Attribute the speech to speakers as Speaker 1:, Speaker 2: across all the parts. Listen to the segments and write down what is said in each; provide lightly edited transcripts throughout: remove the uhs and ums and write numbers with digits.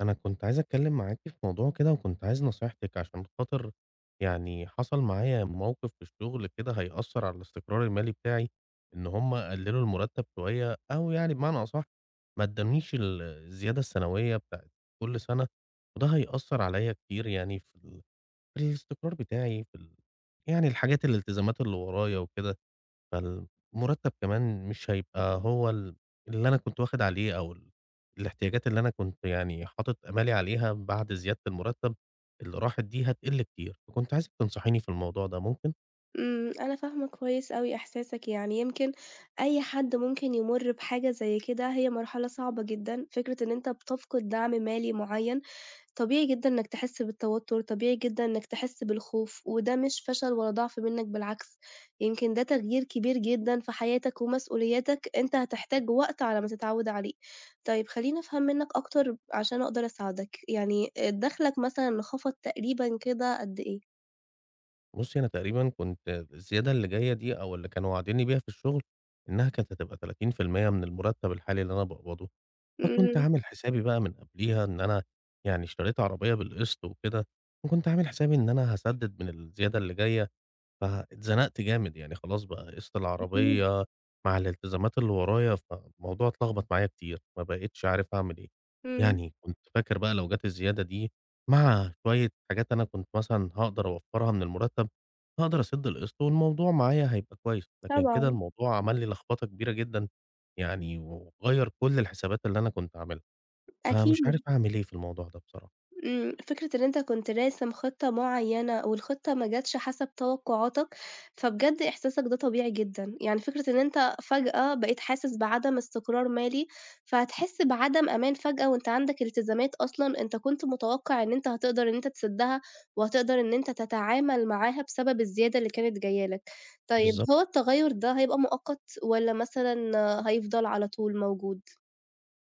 Speaker 1: أنا كنت عايز أتكلم معاكِ في موضوع كده، وكنت عايز نصيحتِك عشان خاطر يعني حصل معايا موقف في الشغل كده هيأثّر على الاستقرار المالي بتاعي، إن هم قلّلوا المرتّب شوية أو يعني بمعنى أصح ما ادّانيش الزيادة السنوية بتاعة كل سَنة، وده هيأثّر عليّا كتير يعني في الاستقرار بتاعي في ال يعني الحاجات الالتزامات اللي ورايا وكده. فالمرتب كمان مش هيبقى هو اللي أنا كنت واخد عليه أو الاحتياجات اللي أنا كنت يعني حاطط آمالي عليها بعد زيادة المرتب اللي راحت دي هتقل كتير، فكنت عايزِك تنصحيني في الموضوع ده ممكن؟
Speaker 2: إمم، أنا فاهمة كويس أوي إحساسك، يعني يمكن أي حد ممكن يمُر بحاجة زي كده، هي مرحلة صعبة جدًا، فكرة إن أنت بتفقد دعم مالي معيّن، طبيعي جدًا إنك تحس بالتوتُّر، طبيعي جدًا إنك تحس بالخوف، وده مش فشل ولا ضعف منك بالعكس، يمكن ده تغيير كبير جدًا في حياتك ومسؤولياتك، أنت هتحتاج وقت على ما تتعوّد عليه. طيب خلّيني أفهم منّك أكتر عشان أقدر أساعدك، يعني دخلك مثلًا خَفَض تقريبًا كده قد إيه؟
Speaker 1: بُصّي، أنا تقريبًا كنت الزيادة اللي جاية دي أو اللي كانوا واعدينّي بيها في الشغل، إنها كانت هتبقى 30% من المرتب الحالي اللي أنا باقبضه، فكنت
Speaker 2: إمم،
Speaker 1: عامل حسابي بقى من قبليها إن أنا يعني اشتريت عربية بالقسط وكده، وكنت عامل حسابي إن أنا هاسدد من الزيادة اللي جاية، فاتزنقت جامد، يعني خلاص بقى قِسط
Speaker 2: أكيد،
Speaker 1: العربية مع الالتزامات اللي ورايا، فالموضوع اتلخبط معايا كتير، ما بقيتش عارف أعمل إيه.
Speaker 2: إمم.
Speaker 1: يعني كنت فاكر بقى لو جات الزيادة دي مع شوية حاجات أنا كنت مثلًا هاقدر أوفّرها من المرتب، هاقدر أسِد القسط والموضوع معايا هيبقى كويس، لكن كده
Speaker 2: طبعًا،
Speaker 1: الموضوع عمل لي لخبطة كبيرة جدًا، يعني وغيّر كل الحسابات اللي أنا كنت عاملها، فمش عارف
Speaker 2: أكيد.
Speaker 1: أعمل إيه في الموضوع ده بصراحة.
Speaker 2: إمم، فكرة إن أنت كنت راسم خطة معيّنة والخطة ما جاتش حسب توقعاتك، فبجد إحساسك ده طبيعي جدًا، يعني فكرة إن أنت فجأة بقيت حاسس بعدم استقرار مالي، فهتحس بعدم أمان فجأة وأنت عندك التزامات أصلًا أنت كنت متوقع إن أنت هتقدر إن أنت تسدّها، وهتقدر إن أنت تتعامل معاها بسبب الزيادة اللي كانت جاية لك. طيب
Speaker 1: بالضبط.
Speaker 2: هو التغيُّر ده هيبقى مؤقت والّا مثلًا هيفضل على طول موجود؟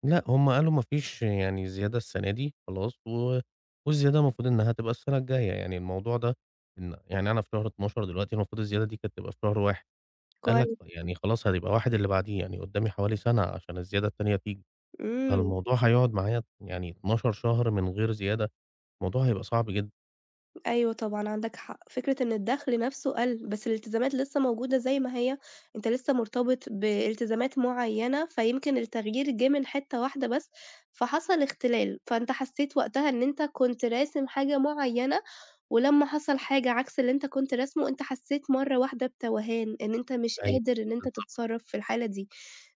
Speaker 1: لأ، هم قالوا ما فيش يعني زيادة السنة دي خلاص، و والزيادة المفروض إنها تبقى السنة الجاية، يعني الموضوع ده إن يعني أنا في شهر 12 دلوقتي، المفروض الزيادة دي كانت تبقى في شهر 1. قال لك
Speaker 2: كويس،
Speaker 1: يعني خلاص هتبقى 1 اللي بعديه، يعني قدامي حوالي سنة عشان الزيادة التانية تيجي،
Speaker 2: إمم.
Speaker 1: فالموضوع هيقعد معايا يعني 12 شهر من غير زيادة، الموضوع هيبقى صعب جدًا.
Speaker 2: أيوه طبعًا عندك حق، فكرة إن الدخل نفسه قَل، بس الالتزامات لسه موجودة زي ما هي، أنت لسه مرتبط بالتزامات معيّنة، فيمكن التغيير جِه من حتّة واحدة بس، فحصل اختلال، فأنت حسّيت وقتها إن أنت كنت راسم حاجة معيّنة، ولمّا حصل حاجة عكس اللي أنت كنت راسمه، أنت حسّيت مرّة واحدة بتوهان، إن أنت مش
Speaker 1: أيوه،
Speaker 2: قادر إن أنت
Speaker 1: بالضبط.
Speaker 2: تتصرّف في الحالة دي.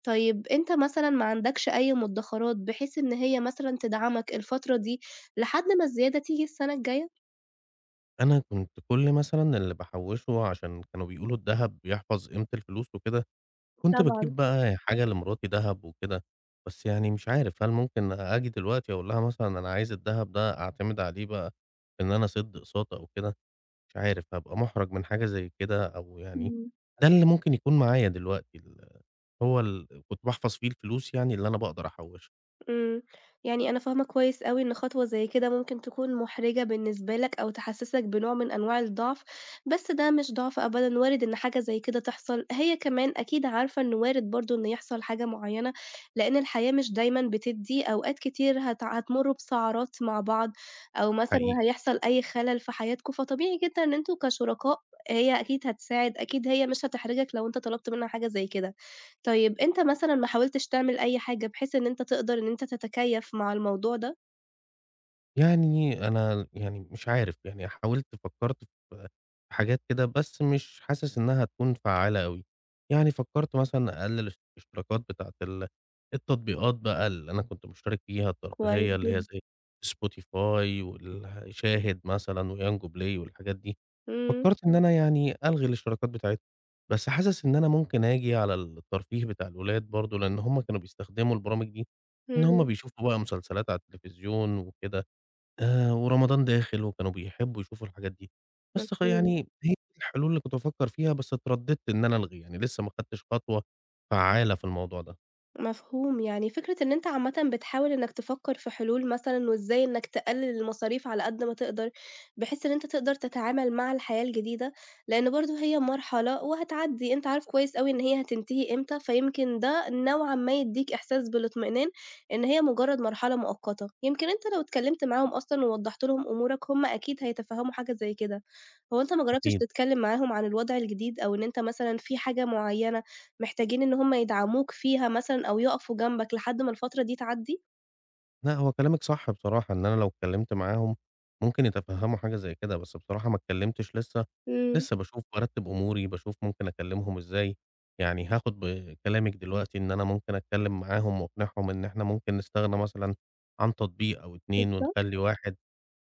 Speaker 2: طيب أنت مثلًا ما عندكش أي مُدخرات بحيث إن هي مثلًا تدعمك الفترة دي لحد ما الزيادة تيجي السنة الجاية؟
Speaker 1: أنا كنت كل مثلًا اللي باحوّشه عشان كانوا بيقولوا الدهب بيحفظ قيمة الفلوس وكده، كنت
Speaker 2: طبعًا.
Speaker 1: باجيب بقى حاجة لمراتي دهب وكده، بس يعني مش عارف هل ممكن آجي دلوقتي أقول لها مثلًا أنا عايز الدهب ده أعتمد عليه بقى إن أنا أسِد أقساط أو كده؟ مش عارف، هابقى مُحرَج من حاجة زي كده أو يعني
Speaker 2: إمم،
Speaker 1: ده اللي ممكن يكون معايا دلوقتي هو كنت باحفظ فيه الفلوس يعني اللي أنا باقدر أحوِّشها.
Speaker 2: إمم، يعني أنا فاهمة كويس أوي إن خطوة زي كده ممكن تكون مُحرِجة بالنسبة لك أو تحسّسك بنوع من أنواع الضعف، بس ده مش ضعف أبدًا، وارد إن حاجة زي كده تحصل، هي كمان أكيد عارفة إنه وارد برضه إن يحصل حاجة معيّنة، لإن الحياة مش دايمًا بتدّي، أوقات كتير هتمُرّوا بسَعْرات مع بعض أو مثلًا
Speaker 1: حقيقي.
Speaker 2: هيحصل أي خَلَل في حياتكم، فطبيعي جدًا إن أنتم كشُركاء هي أكيد هتساعد، أكيد هي مش هتحرجك لو أنت طلبت منها حاجة زي كده. طيب أنت مثلًا ما حاولتش تعمل أي حاجة بحيث إن أنت تقدر إن أنت تتكيّف مع الموضوع ده؟
Speaker 1: يعني أنا يعني مش عارف، يعني حاولت فكّرت في حاجات كده، بس مش حاسس إنّها هتكون فعّالة أوي. يعني فكّرت مثلًا أقلّل الاشتراكات بتاعة التطبيقات بقى اللي أنا كنت مشترك فيها
Speaker 2: كويس
Speaker 1: الترفيهية اللي هي
Speaker 2: جدًا.
Speaker 1: زي spotify وال شاهد مثلًا وYango Play والحاجات دي.
Speaker 2: إمم،
Speaker 1: فكّرت إن أنا يعني ألغي الاشتراكات بتاعتهم، بس حاسس إن أنا ممكن آجي على الترفيه بتاع الولاد برضه، لإن هم كانوا بيستخدموا البرامج دي، إن هم
Speaker 2: إمم،
Speaker 1: بيشوفوا بقى مسلسلات على التلفزيون وكده. ورمضان داخل وكانوا بيحبّوا يشوفوا الحاجات دي. بس
Speaker 2: مفهوم.
Speaker 1: يعني هي دي الحلول اللي كنت بافكّر فيها، بس اتردّدت إن أنا ألغي، يعني لسّه ما خدتش خطوة فعّالة في الموضوع ده.
Speaker 2: مفهوم، يعني فكرة إن أنت عامةً بتحاول إنك تفكّر في حلول مثلًا وإزاي إنك تقلل المصاريف على قد ما تقدر، بحيث إن أنت تقدر تتعامل مع الحياة الجديدة، لإن برضه هي مرحلة وهتعدّي، أنت عارف كويس أوي إن هي هتنتهي إمتى، فيمكن ده نوعًا ما يدّيك إحساس بالاطمئنان إن هي مجرّد مرحلة مؤقتة، يمكن أنت لو اتكلّمت معاهم أصلًا ووضّحت لهم أمورك هم أكيد هيتفهّموا حاجة زي كده، هو أنت ما جرّبتش
Speaker 1: أكيد.
Speaker 2: تتكلّم معاهم عن الوضع الجديد أو إن أنت مثلًا في حاجة معيّنة محتاجين إن هُم يدعموك فيها مثلًا أو يقفوا جنبك لحد ما الفترة دي تعدّي؟
Speaker 1: لأ، هو كلامِك صح بصراحة، إن أنا لو اتكلمت معاهم ممكن يتفهموا حاجة زي كده، بس بصراحة ما اتكلمتش لسه،
Speaker 2: إمم،
Speaker 1: لسه باشوف بارتب أموري، باشوف ممكن أكلمهم إزاي، يعني هاخد بكلامِك دلوقتي إن أنا ممكن أتكلم معاهم وأقنعهم إن إحنا ممكن نستغنى مثلًا عن تطبيق أو 2
Speaker 2: بالضبط.
Speaker 1: ونخلي واحد،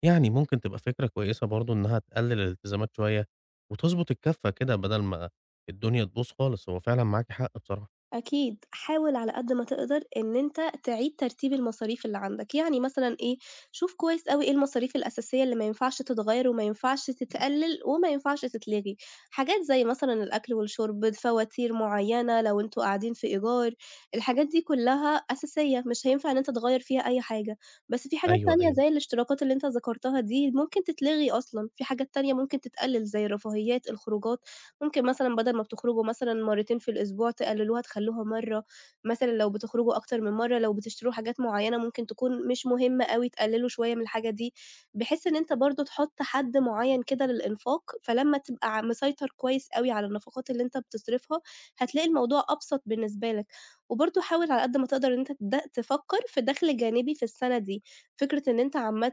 Speaker 1: يعني ممكن تبقى فكرة كويسة برضه إنها تقلل الالتزامات شوية، وتضبط الكفة كده بدل ما الدنيا تبوظ خالص، هو فعلًا معاكِ حق بصراحة.
Speaker 2: أكيد، حاول على قد ما تقدر إن أنت تعيد ترتيب المصاريف اللي عندك، يعني مثلًا إيه، شوف كويس أوي إيه المصاريف الأساسية اللي ما ينفعش تتغيّر وما ينفعش تتقلّل وما ينفعش تتلغي، حاجات زي مثلًا الأكل والشرب، فواتير معيّنة لو أنتم قاعدين في إيجار، الحاجات دي كلّها أساسية مش هينفع إن أنت تغيّر فيها أي حاجة، بس في حاجات
Speaker 1: أيوه،
Speaker 2: تانية
Speaker 1: أيوه،
Speaker 2: زي الاشتراكات اللي أنت ذكرتها دي ممكن تتلغي أصلًا، في حاجات تانية ممكن تتقلّل زي الرفاهيات، الخروجات. ممكن مثلًا بدل ما بتخرجوا مثلًا مرّتين في الأسبوع تقللوها تخلّوها مرّة، مثلًا لو بتخرجوا أكتر من مرّة، لو بتشتروا حاجات معيّنة ممكن تكون مش مهمة أوي تقللوا شوية من الحاجة دي، بحيث إن أنت برضه تحط حد معيّن كده للإنفاق، فلمّا تبقى ع مسيطر كويس أوي على النفقات اللي أنت بتصرفها، هتلاقي الموضوع أبسط بالنسبة لك، وبرضه حاول على قد ما تقدر إن أنت تفكّر في دخل جانبي في السنة دي، فكرة إن أنت عامةً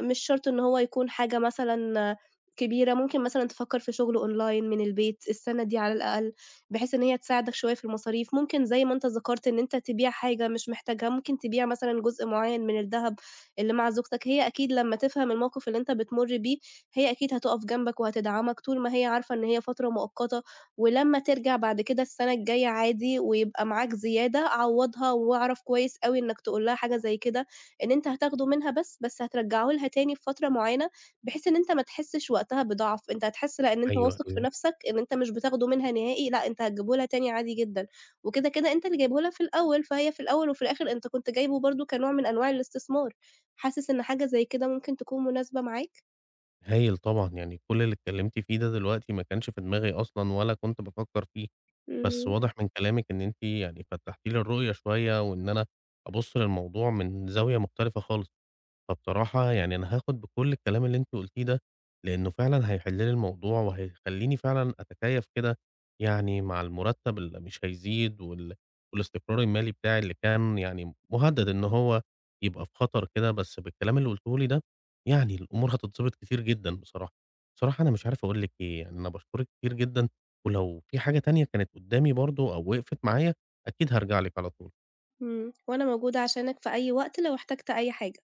Speaker 2: مش شرط إن هو يكون حاجة مثلًا كبيرة، ممكن مثلًا تفكّر في شغل online من البيت السَنة دي على الأقل، بحيث إن هي تساعدك شوية في المصاريف، ممكن زي ما أنت ذكرت إن أنت تبيع حاجة مش محتاجها، ممكن تبيع مثلًا جزء معيّن من الدهب اللي مع زوجتك، هي أكيد لمّا تفهم الموقف اللي أنت بتمُر بيه، هي أكيد هتُقف جنبك وهتدعمك طول ما هي عارفة إن هي فترة مؤقتة، ولمّا ترجع بعد كده السَنة الجاية عادي ويبقى معاك زيادة عوّضها، واعرف كويس أوي إنّك تقول لها حاجة زي كده، إن أنت هتاخده منها بس، بس هترجّعه لها تاني في فترة معيّنة بحيث إن أنت ما تحسّش وقتها بضعف، أنت هتحس لأ إن أنت
Speaker 1: أيوه،
Speaker 2: واثق في
Speaker 1: أيوه.
Speaker 2: نَفْسك إن أنت مش بتاخده منها نهائي، لأ أنت هتجيبه لها تاني عادي جدًا، وكده، كده أنت اللي جايبه لها في الأول، فهي في الأول وفي الآخر أنت كنت جايبه برضه كنوع من أنواع الاستثمار، حاسس إن حاجة زي كده ممكن تكون مناسبة معاك؟
Speaker 1: هايل طبعًا، يعني كل اللي اتكلمتِ فيه ده دلوقتي ما كانش في دماغي أصلًا ولا كنت بافكر فيه، بس
Speaker 2: إمم،
Speaker 1: واضح من كلامِك إن أنتِ يعني فتحتِ لي الرؤية شوية، وإن أنا أبُص للموضوع من زاوية مختلفة خالص. فبصراحة يعني أنا هاخد بكل الكلام اللي أنتِ قلتيه ده، لإنه فعلًا هيحل لي الموضوع وهيخلّيني فعلًا أتكيّف كده يعني مع المرتب اللي مش هيزيد وال والاستقرار المالي بتاعي اللي كان يعني مهدد إن هو يبقى في خطر كده، بس بالكلام اللي قلته لي ده يعني الأمور هتتضبط كتير جدًا بصراحة. بصراحة أنا مش عارف أقول لِك إيه، يعني أنا باشكرِك كتير جدًا، ولو في حاجة تانية كانت قدّامي برضه أو وقفت معايا أكيد هارجع لِك على طول.
Speaker 2: إمم، وأنا موجودة عشانك في أي وقت لو احتجت أي حاجة.